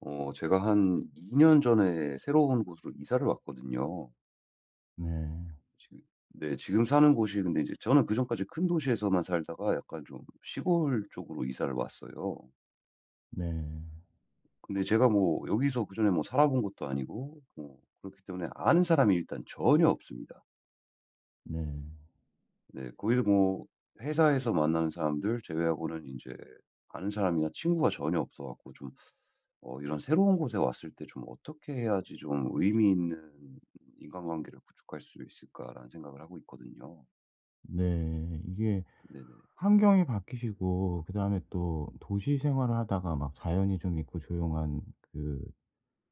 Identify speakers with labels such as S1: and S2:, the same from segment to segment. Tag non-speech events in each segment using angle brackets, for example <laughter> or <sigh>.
S1: 제가 한 2년 전에 새로운 곳으로 이사를 왔거든요.
S2: 네.
S1: 지금 네. 지금 사는 곳이 근데 이제 저는 그전까지 큰 도시에서만 살다가 약간 좀 시골 쪽으로 이사를 왔어요.
S2: 네.
S1: 근데 제가 뭐 여기서 그전에 뭐 살아본 것도 아니고 뭐 그렇기 때문에 아는 사람이 일단 전혀 없습니다.
S2: 네.
S1: 네. 거기도 뭐 회사에서 만나는 사람들 제외하고는 이제 아는 사람이나 친구가 전혀 없어 갖고 좀 이런 새로운 곳에 왔을 때 좀 '어떻게 해야지 좀 의미 있는 인간관계를 구축할 수 있을까.'라는 생각을 하고 있거든요.
S2: 네. 이게
S1: 네네.
S2: 환경이 바뀌시고, 그다음에 또 도시 생활을 하다가 막 자연이 좀 있고 조용한 그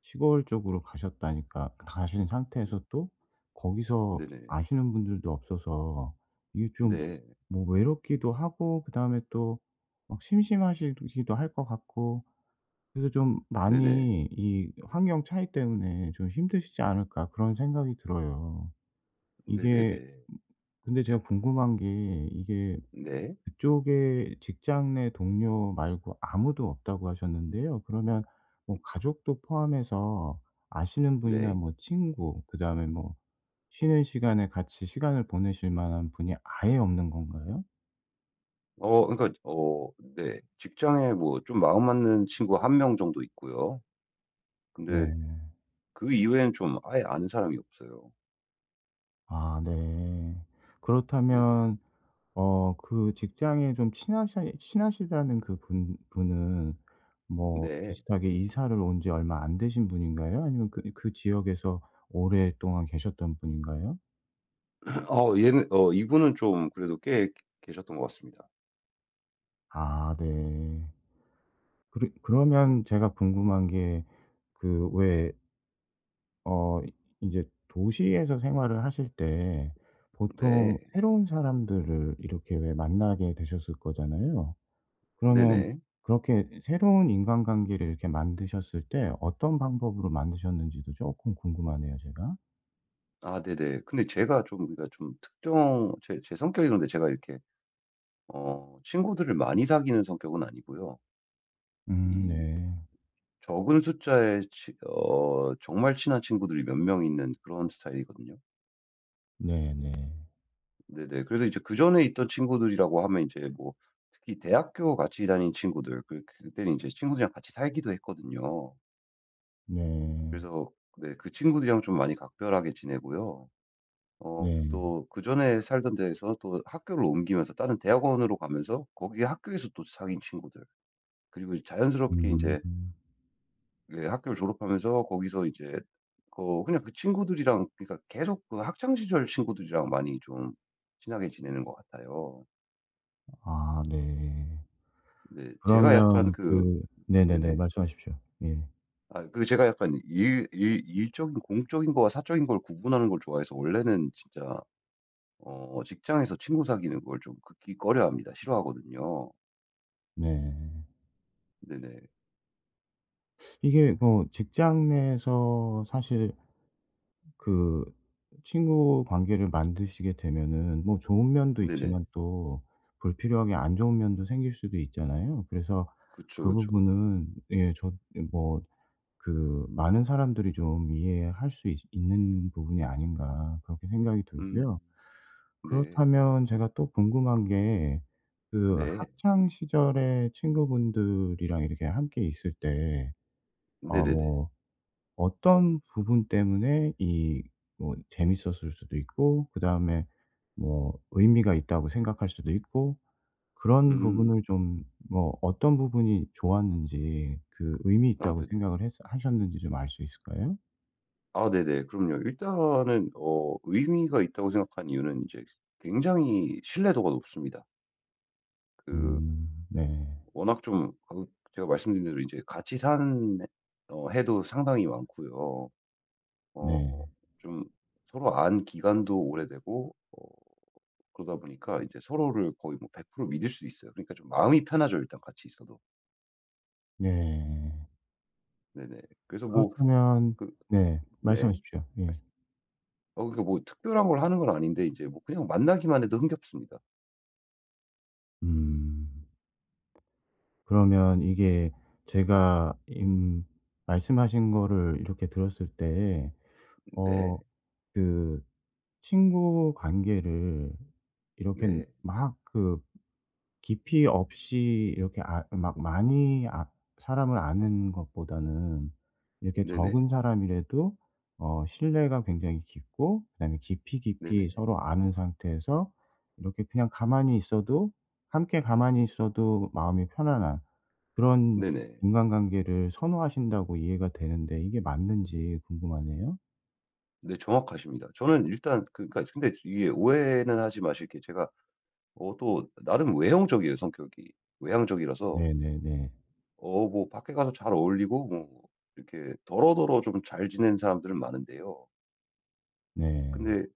S2: 시골 쪽으로 가셨다니까 가신 상태에서 또 거기서
S1: 네네.
S2: 아시는 분들도 없어서 이게 좀
S1: 네.
S2: 뭐 외롭기도 하고, 그다음에 또 막 심심하시기도 할 것 같고, 그래서 좀
S1: 네네.
S2: 많이 이 환경 차이 때문에 좀 힘드시지 않을까 그런 생각이 들어요. 이게,
S1: 네네네.
S2: 근데 제가 궁금한 게, 이게
S1: 네.
S2: 그쪽에 직장 내 동료 말고 아무도 없다고 하셨는데요. 그러면 뭐 가족도 포함해서 아시는 분이나
S1: 네.
S2: 뭐 친구, 그다음에 뭐 쉬는 시간에 같이 시간을 보내실 만한 분이 아예 없는 건가요?
S1: 그러니까 네. 직장에 뭐 좀 마음 맞는 친구 한 명 정도 있고요. 근데
S2: 네.
S1: 그 이외에는 좀 아예 아는 사람이 없어요.
S2: 아 네.
S1: 네네.
S2: 그렇다면 그 직장에 좀 친하시다는 그 분 분은 뭐
S1: 네.
S2: 비슷하게 이사를 온지 얼마 안 되신 분인가요? 아니면 그 그 지역에서 오랫동안 계셨던 분인가요?
S1: 어 얘는 어 이분은 좀 그래도 꽤 계셨던 것 같습니다.
S2: 아 네. 그러면 제가 궁금한 게, 그 왜, 어 이제 도시에서 생활을 하실 때 보통
S1: 네.
S2: 새로운 사람들을 이렇게 왜 만나게 되셨을 거잖아요. 그러면
S1: 네네.
S2: 그렇게 새로운 인간관계를 이렇게 만드셨을 때 어떤 방법으로 만드셨는지도 조금 궁금하네요, 제가.
S1: 아 네네. 근데 제가 좀 그러니까 좀 특정 제 성격이 그런데 제가 이렇게 친구들을 많이 사귀는 성격은 아니고요. 이
S2: 네.
S1: 적은 숫자의 치 어 정말 친한 친구들이 몇 명 있는 그런 스타일이거든요.
S2: 네네. 네.
S1: 네네. 그래서 이제 그전에 있던 친구들이라고 하면 이제 뭐 특히 대학교 같이 다닌 친구들 그때는 이제 친구들이랑 같이 살기도 했거든요.
S2: 네.
S1: 그래서 네. 그 친구들이랑 좀 많이 각별하게 지내고요.
S2: 네.
S1: 또 그전에 살던 데에서 또 학교를 옮기면서 다른 대학원으로 가면서 거기 학교에서 또 사귄 친구들 그리고 이제 자연스럽게 이
S2: 음.
S1: 제 예, 학교를 졸업하면서 거기서 이제 그냥 그 친구들이랑 그러니까 계속 그 학창 시절 친구들이랑 많이 좀 친하게 지내는 것 같아요.
S2: 아 네.
S1: 네. 제가 약간
S2: 그러면
S1: 그
S2: 그, 네네네.
S1: 네네.
S2: 말씀하십시오. 예.
S1: 아 그 제가 약간 일 일 일적인 공적인 거와 사적인 걸 구분하는 걸 좋아해서 원래는 진짜 직장에서 친구 사귀는 걸 좀 극히 꺼려합니다. 싫어하거든요.
S2: 네.
S1: 네네.
S2: 이게 뭐 직장 내에서 사실 그 친구 관계를 만드시게 되면은 뭐 좋은 면도
S1: 네네.
S2: 있지만 또 불필요하게 안 좋은 면도 생길 수도 있잖아요. 그래서
S1: 그쵸,
S2: 그
S1: 그쵸.
S2: 부분은, 예, 저 뭐 그 '많은 사람들이 좀 이해할 수 있 있는 부분이 아닌가.' 그렇게 생각이 들고요.
S1: 음. 네.
S2: 그렇다면 제가 또 궁금한 게, 그
S1: 네.
S2: 학창 시절에 친구분들이랑 이렇게 함께 있을 때어
S1: 네네네.
S2: 뭐 어떤 부분 때문에 이, 뭐 재밌었을 수도 있고, 그다음에 뭐 의미가 있다고 생각할 수도 있고, 그런
S1: 음.
S2: 부분을 좀 뭐 어떤 부분이 좋았는지 그 의미
S1: 아
S2: 있다고
S1: 네네.
S2: 생각을 했 하셨는지 좀 알 수 있을까요?
S1: 아 네네. 그럼요. 일단은 의미가 있다고 생각한 이유는 이제 굉장히 신뢰도가 높습니다. 그
S2: 음. 네.
S1: 워낙 좀 그 제가 말씀드린 대로 이제 같이 산 해도 상당히 많고요.
S2: 네.
S1: 어 좀 서로 안 기간도 오래되고 그러다 보니까 이제 서로를 거의 뭐 100% 믿을 수 있어요. 그러니까 좀 마음이 편하죠, 일단 같이 있어도.
S2: 네.
S1: 네네. 그래서 뭐
S2: 그렇다면
S1: 그
S2: 네.
S1: 네.
S2: 말씀하십시오.
S1: 말
S2: 예.
S1: 어 뭐 특별한 걸 하는 건 아닌데 이제 뭐 그냥 만나기만 해도 흥겹습니다.
S2: 음. 그러면 이게 제가 임 말씀하신 거를 이렇게 들었을 때
S1: 네.
S2: 어 그 친구 관계를 이렇게
S1: 네.
S2: 막 그 깊이 없이 이렇게 아 막 많이 아 사람을 아는 것보다는 이렇게
S1: 네네.
S2: 적은 사람이라도 신뢰가 굉장히 깊고, 그다음에 깊이 깊이
S1: 네네.
S2: 서로 아는 상태에서 이렇게 그냥 가만히 있어도 함께 가만히 있어도 마음이 편안한 그런
S1: 네네.
S2: 인간관계를 선호하신다고 이해가 되는데 이게 맞는지 궁금하네요.
S1: 네, 정확하십니다. 저는 일단 그러니까 근데 이게 오해는 하지 마실 게 제가 또 나름 외형적이에요 성격이. 외향적이라서
S2: 네네네.
S1: 뭐 밖에 가서 잘 어울리고 뭐 이렇게 더러더러 좀 잘 지내는 사람들은 많은데요.
S2: 네.
S1: 근데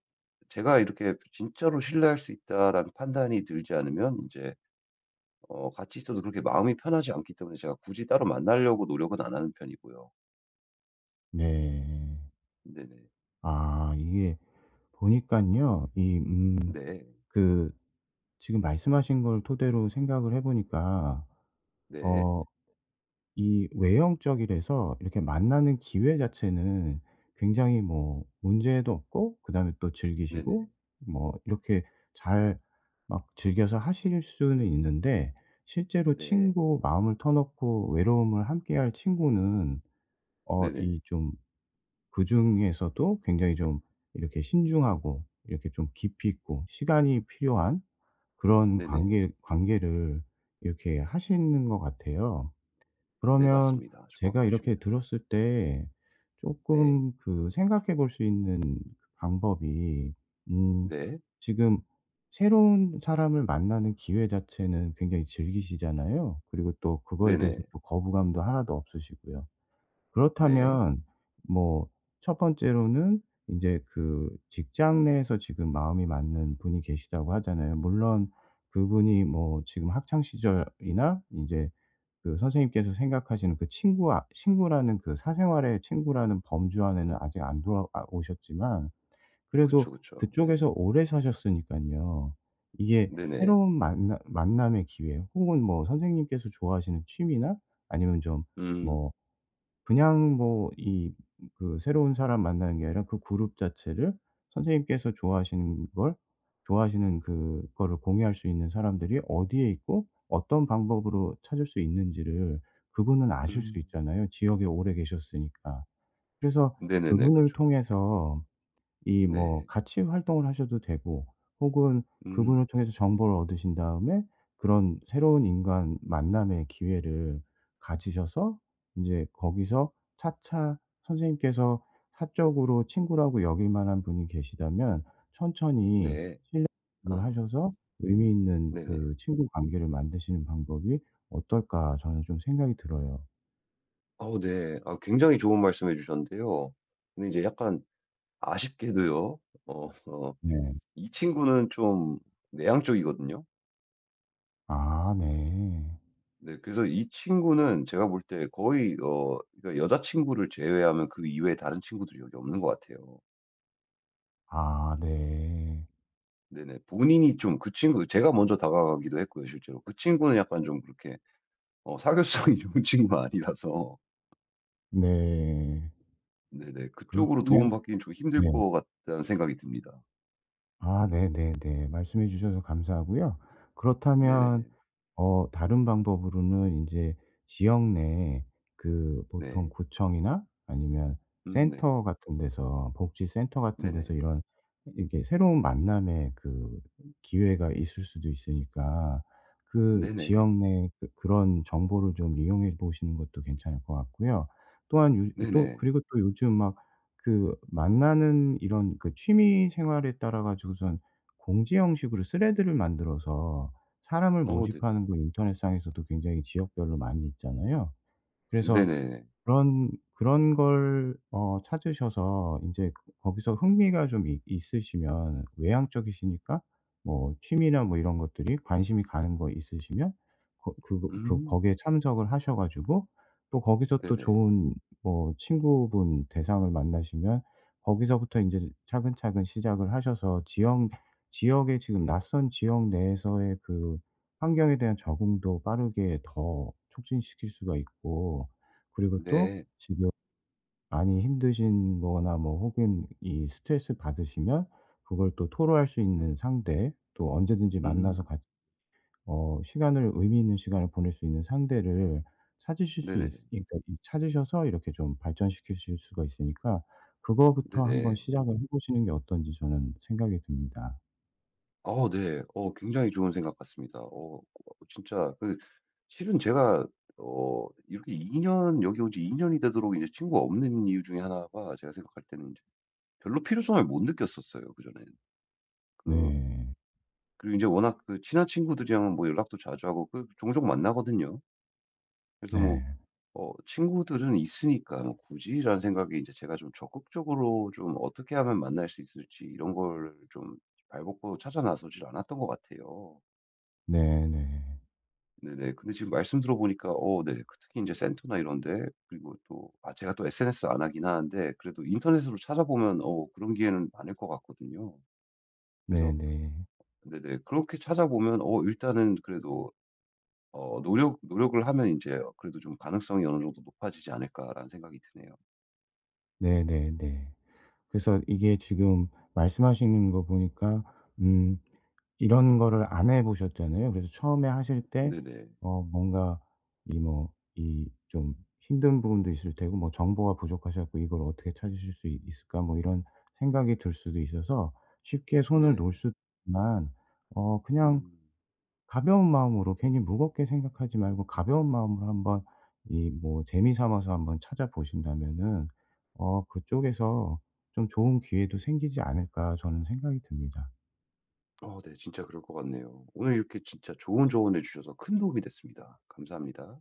S1: 제가 이렇게 '진짜로 신뢰할 수 있다.'라는 판단이 들지 않으면 이제 같이 있어도 그렇게 마음이 편하지 않기 때문에 제가 굳이 따로 만나려고 노력은 안 하는 편이고요.
S2: 네.
S1: 네네.
S2: 아, 이게 보니깐요. 이,
S1: 네.
S2: 그 지금 말씀하신 걸 토대로 생각을 해 보니까
S1: 네.
S2: 어 이 외형적이라서 이렇게 만나는 기회 자체는 굉장히 뭐 문제도 없고, 그다음에 또
S1: 네네.
S2: 즐기시고 뭐 이렇게 잘 막 즐겨서 하실 수는 있는데, 실제로
S1: 네.
S2: 친구 마음을 터놓고 외로움을 함께할 친구는 어
S1: 네네.
S2: 이좀 그중에서도 굉장히 좀 이렇게 신중하고 이렇게 좀 깊이 있고 시간이 필요한 그런
S1: 네네.
S2: 관계를 이렇게 하시는 것 같아요.
S1: 네,
S2: 그러면
S1: 맞습니다.
S2: 제가 이렇게
S1: 정확하십니다.
S2: 들었을 때
S1: 네.
S2: 조금 그 생각해 볼 수 있는 그 방법이, 음
S1: 네.
S2: 지금 새로운 사람을 만나는 기회 자체는 굉장히 즐기시잖아요. 그리고 또 그거에
S1: 네네.
S2: 대해서 또 거부감도 하나도 없으시고요.
S1: 네.
S2: 그렇다면 뭐 첫 번째로는 인제 그 직장 내에서 지금 마음이 맞는 분이 계시다고 하잖아요. 물론 그분이 뭐 지금 학창 시절이나 인제 그 선생님께서 생각하시는 그 친구와 친구라는 그 사생활의 친구라는 범주 안에는 아직 안 돌아 아 오셨지만, 그래도
S1: 그쵸, 그쵸. 네.
S2: 그쪽에서 오래 사셨으니깐요. 이게
S1: 네네.
S2: 새로운 만나 만남의 기회, 혹은 뭐 선생님께서 좋아하시는 취미나 아니면 좀
S1: 음.
S2: 뭐 그냥 뭐 이, 그 새로운 사람 만나는 게 아니라 그 그룹 자체를, 선생님께서 좋아하시는 걸, 좋아하시는 그거를 공유할 수 있는 사람들이 어디에 있고 어떤 방법으로 찾을 수 있는지를 그분은 아실 수
S1: 음.
S2: 있잖아요, 지역에 오래 계셨으니까. 그래서
S1: 네네네.
S2: 그분을
S1: 그쵸.
S2: 통해서 이 뭐
S1: 네.
S2: 같이 활동을 하셔도 되고, 혹은 그분을
S1: 음.
S2: 통해서 정보를 얻으신 다음에 그런 새로운 인간 만남의 기회를 가지셔서 인제 거기서 차차 선생님께서 사적으로 친구라고 여길 만한 분이 계시다면 천천히
S1: 네.
S2: 그걸
S1: 아.
S2: 하셔서 의미 있는
S1: 네네.
S2: 그 친구 관계를 만드시는 방법이 어떨까 저는 좀 생각이 들어요.
S1: 네. 아, 굉장히 좋은 말씀해 주셨는데요. 근데 이제 약간 아쉽게도요. 어. 어,
S2: 네.
S1: 이 친구는 좀 내향 쪽이거든요.
S2: 아 네.
S1: 네, 그래서 이 친구는 제가 볼 때 거의 그러니까 여자친구를 제외하면 그 이외에 다른 친구들이 여기 없는 것 같아요.
S2: 아 네.
S1: 네네. 본인이 좀 그 친구 제가 먼저 다가가기도 했고요 실제로. 그 친구는 약간 좀 그렇게 사교성이 <laughs> 좋은 친구가 아니라서
S2: 네.
S1: 네네, 그쪽으로
S2: 그렇다면
S1: 도움받기는 좀 힘들
S2: 네.
S1: 것 같다는 생각이 듭니다.
S2: 아 네네네. 말씀해 주셔서 감사하고요. 그렇다면
S1: 네네.
S2: 다른 방법으로는 이제 지역 내에, 그 보통
S1: 네.
S2: 구청이나 아니면
S1: 음. 네.
S2: 센터 같은 데서, 복지센터 같은 데서
S1: 네네.
S2: 이런, 이렇게 새로운 만남의 그 기회가 있을 수도 있으니까 그
S1: 네네.
S2: 지역 내 그 그런 정보를 좀 이용해 보시는 것도 괜찮을 것 같고요. 또한 또
S1: 네네.
S2: 그리고 또 요즘 막 그 만나는 이런 그 취미 생활에 따라 가지고선 공지 형식으로 스레드를 만들어서 사람을
S1: 네네.
S2: 모집하는 거 인터넷상에서도 굉장히 지역별로 많이 있잖아요. 그래서
S1: 네네.
S2: 그런 걸 찾으셔서 이제 거기서 흥미가 좀 있 있으시면 외향적이시니까 뭐 취미나 뭐 이런 것들이 관심이 가는 거 있으시면 거 그 그
S1: 음.
S2: 거기에 참석을 하셔 가지고 또 거기서 또
S1: 네네.
S2: 좋은 뭐 친구분 대상을 만나시면 거기서부터 이제 차근차근 시작을 하셔서 지역에 지금 낯선 지역 내에서의 그 환경에 대한 적응도 빠르게 더 촉진시킬 수가 있고, 그리고 또
S1: 네.
S2: 지금 많이 힘드신 거나 뭐 혹은 이 스트레스 받으시면 그걸 또 토로할 수 있는 상대, 또 언제든지 만나서
S1: 음.
S2: 같이 시간을, 의미 있는 시간을 보낼 수 있는 상대를 찾으실 수
S1: 네네.
S2: 있으 그러니까 이 찾으셔서 이렇게 좀 발전시키실 수가 있으니까 그거부터 한번
S1: 네네.
S2: 시작을 해 보시는 게 어떤지 저는 생각이 듭니다.
S1: 네. 굉장히 좋은 생각 같습니다. 진짜 실은 제가 이렇게 2년 여기 온 지 2년 년이 되도록 이제 친구가 없는 이유 중에 하나가 제가 생각할 때는 이제 별로 필요성을 못 느꼈었어요 그전엔. 그
S2: 네.
S1: 그리고 이제 워낙 그 친한 친구들이랑 뭐 연락도 자주 하고 그 종종 만나거든요. 그래서 뭐
S2: 네.
S1: 친구들은 있으니까 뭐 '굳이?'라는 생각에 이제 제가 좀 적극적으로 좀 어떻게 하면 만날 수 있을지 이런 걸 좀 발벗고 찾아 나서질 않았던 것 같아요.
S2: 네네.
S1: 네네. 근데 지금 말씀 들어보니까 네, 그 특히 이제 센터나 이런 데 그리고 또 아 제가 또 SNS 안 하긴 하는데 그래도 인터넷으로 찾아보면 그런 기회는 많을 것 같거든요. 그래서
S2: 네네.
S1: 네네, 그렇게 찾아보면 일단은 그래도 노력을 하면 이제 그래도 좀 '가능성이 어느 정도 높아지지 않을까.'라는 생각이 드네요.
S2: 네네네. 그래서 이게 지금 말씀하시는 거 보니까 음 이런 거를 안 해 보셨잖아요. 그래서 처음에 하실 때
S1: 네네.
S2: 뭔가 이, 뭐 이 좀 힘든 부분도 있을 테고, 뭐 '정보가 부족하셔 갖고 이걸 어떻게 찾으실 수 있 있을까?' 뭐 이런 생각이 들 수도 있어서 쉽게 손을 놓을
S1: 네.
S2: 수 있지만, 그냥
S1: 음.
S2: 가벼운 마음으로 괜히 무겁게 생각하지 말고 가벼운 마음으로 한번 이, 뭐 재미 삼아서 한번 찾아보신다면은 그쪽에서 좀 좋은 기회도 생기지 않을까 저는 생각이 듭니다.
S1: 네. 진짜 그럴 것 같네요. 오늘 이렇게 진짜 좋은 조언해 주셔서 큰 도움이 됐습니다. 감사합니다.